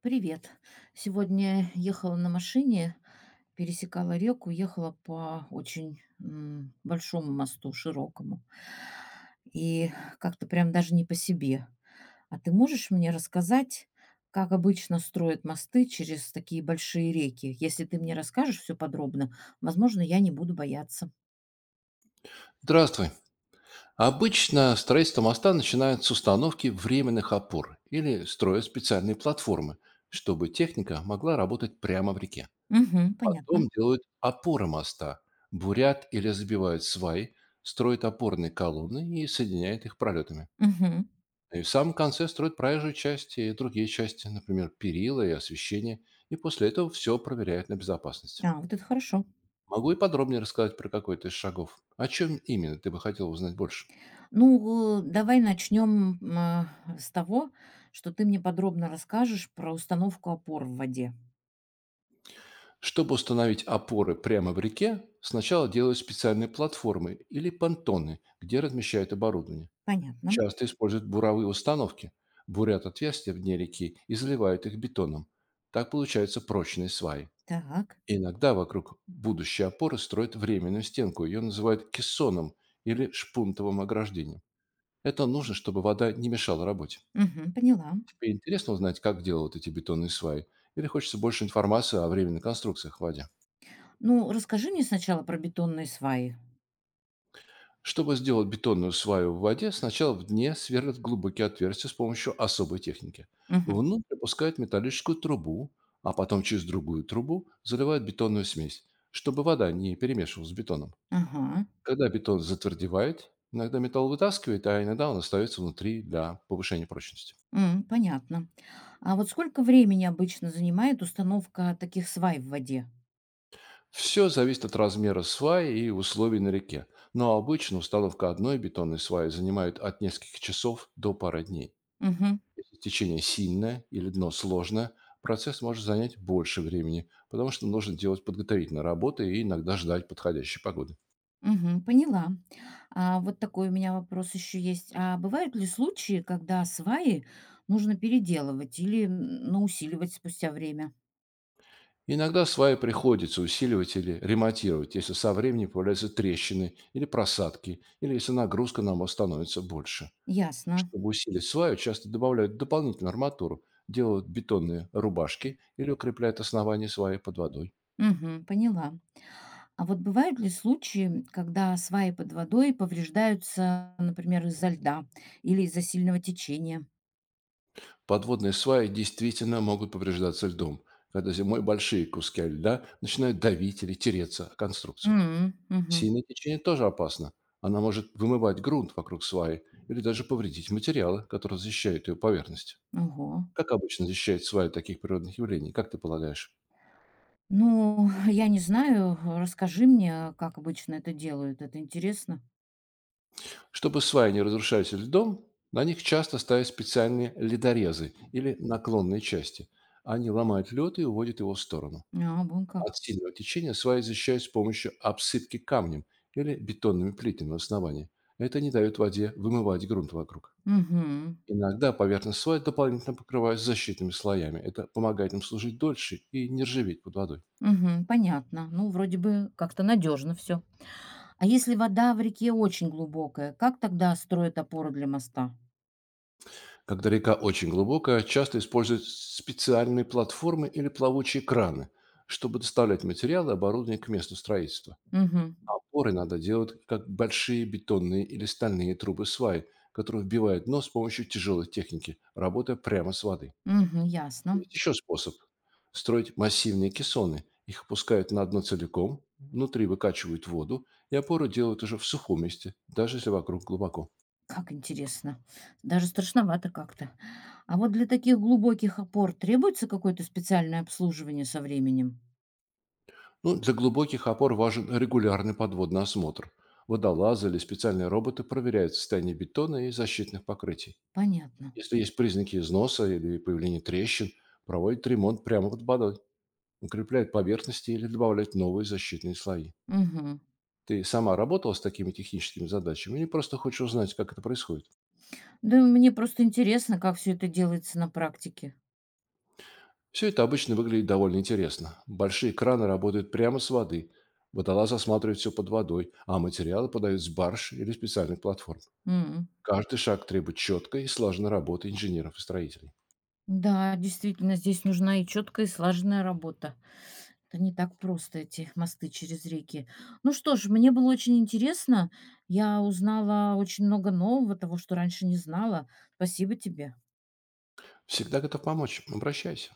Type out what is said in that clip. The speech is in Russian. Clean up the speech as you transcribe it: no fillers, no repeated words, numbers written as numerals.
Привет. Сегодня ехала на машине, пересекала реку, ехала по очень большому мосту, широкому. И как-то прям даже не по себе. А ты можешь мне рассказать, как обычно строят мосты через такие большие реки? Если ты мне расскажешь все подробно, возможно, я не буду бояться. Здравствуй. Обычно строительство моста начинают с установки временных опор или строят специальные платформы, чтобы техника могла работать прямо в реке. Угу, Потом понятно. делают опоры моста, бурят или забивают сваи, строят опорные колонны и соединяют их пролетами. Угу. И в самом конце строят проезжую часть и другие части, например, перила и освещение, и после этого все проверяют на безопасность. А, вот это хорошо. Могу и подробнее рассказать про какой-то из шагов. О чем именно ты бы хотел узнать больше? Ну, давай начнем с того, что ты мне подробно расскажешь про установку опор в воде. Чтобы установить опоры прямо в реке, сначала делают специальные платформы или понтоны, где размещают оборудование. Понятно. Часто используют буровые установки, бурят отверстия в дне реки и заливают их бетоном. Так получаются прочные сваи. Так. Иногда вокруг будущей опоры строят временную стенку. Ее называют кессоном или шпунтовым ограждением. Это нужно, чтобы вода не мешала работе. Мгм, поняла. Тебе интересно узнать, как делают эти бетонные сваи? Или хочется больше информации о временных конструкциях в воде? Ну, расскажи мне сначала про бетонные сваи. Чтобы сделать бетонную сваю в воде, сначала в дне сверлят глубокие отверстия с помощью особой техники. Мгм. Внутрь опускают металлическую трубу, а потом через другую трубу заливают бетонную смесь, чтобы вода не перемешивалась с бетоном. Ага. Когда бетон затвердевает, иногда металл вытаскивает, а иногда он остается внутри для повышения прочности. М, понятно. А вот сколько времени обычно занимает установка таких свай в воде? Все зависит от размера сваи и условий на реке, но обычно установка одной бетонной сваи занимает от нескольких часов до пары дней. Мгм. Течение сильное или дно сложное, процесс может занять больше времени, потому что нужно делать подготовительные работы и иногда ждать подходящей погоды. Мгм, поняла. А вот такой у меня вопрос еще есть. А бывают ли случаи, когда сваи нужно переделывать или ну, усиливать спустя время? Иногда сваи приходится усиливать или ремонтировать, если со временем появляются трещины или просадки, или если нагрузка на мост становится больше. Ясно. Чтобы усилить сваю, часто добавляют дополнительную арматуру, делают бетонные рубашки или укрепляют основание сваи под водой. Мгм. Поняла. А вот бывают ли случаи, когда сваи под водой повреждаются, например, из-за льда или из-за сильного течения? Подводные сваи действительно могут повреждаться льдом, когда зимой большие куски льда начинают давить или тереться о конструкцию. М, мгм. Сильное течение тоже опасно. Она может вымывать грунт вокруг сваи или даже повредить материалы, которые защищают ее поверхность. Ого. Как обычно защищает сваи от таких природных явлений, как ты полагаешь? Ну, я не знаю. Расскажи мне, как обычно это делают. Это интересно. Чтобы сваи не разрушались льдом, на них часто ставят специальные ледорезы или наклонные части. Они ломают лед и уводят его в сторону. А, вон как. От сильного течения сваи защищают с помощью обсыпки камнем или бетонными плитами в основании. Это не дает воде вымывать грунт вокруг. Угу, Иногда поверхность слоя дополнительно покрывают защитными слоями. Это помогает им служить дольше и не ржаветь под водой. угу. Понятно. Ну, вроде бы как-то надежно все. А если вода в реке очень глубокая, как тогда строят опору для моста? Когда река очень глубокая, часто используют специальные платформы или плавучие краны, чтобы доставлять материалы и оборудование к месту строительства. Угу. Опоры надо делать, как большие бетонные или стальные трубы сваи, которые вбивают нос с помощью тяжелой техники, работая прямо с воды. Угу, ясно. Есть еще способ — строить массивные кессоны. Их опускают на дно целиком, внутри выкачивают воду, и опору делают уже в сухом месте, даже если вокруг глубоко. Как интересно. Даже страшновато как-то. А вот для таких глубоких опор требуется какое-то специальное обслуживание со временем? Ну, для глубоких опор важен регулярный подводный осмотр. Водолазы или специальные роботы проверяют состояние бетона и защитных покрытий. Понятно. Если есть признаки износа или появления трещин, проводят ремонт прямо под водой, укрепляют поверхности или добавляют новые защитные слои. Мгм. Ты сама работала с такими техническими задачами или просто хочешь узнать, как это происходит? Да мне просто интересно, как все это делается на практике. Все это обычно выглядит довольно интересно. Большие краны работают прямо с воды. Водолаз осматривает все под водой, а материалы подают с барж или специальных платформ. М. Каждый шаг требует четкой и слаженной работы инженеров и строителей. Да, действительно, здесь нужна и четкая, и слаженная работа. Это не так просто, эти мосты через реки. Ну что ж, мне было очень интересно. Я узнала очень много нового, того, что раньше не знала. Спасибо тебе. Всегда готов помочь. Обращайся.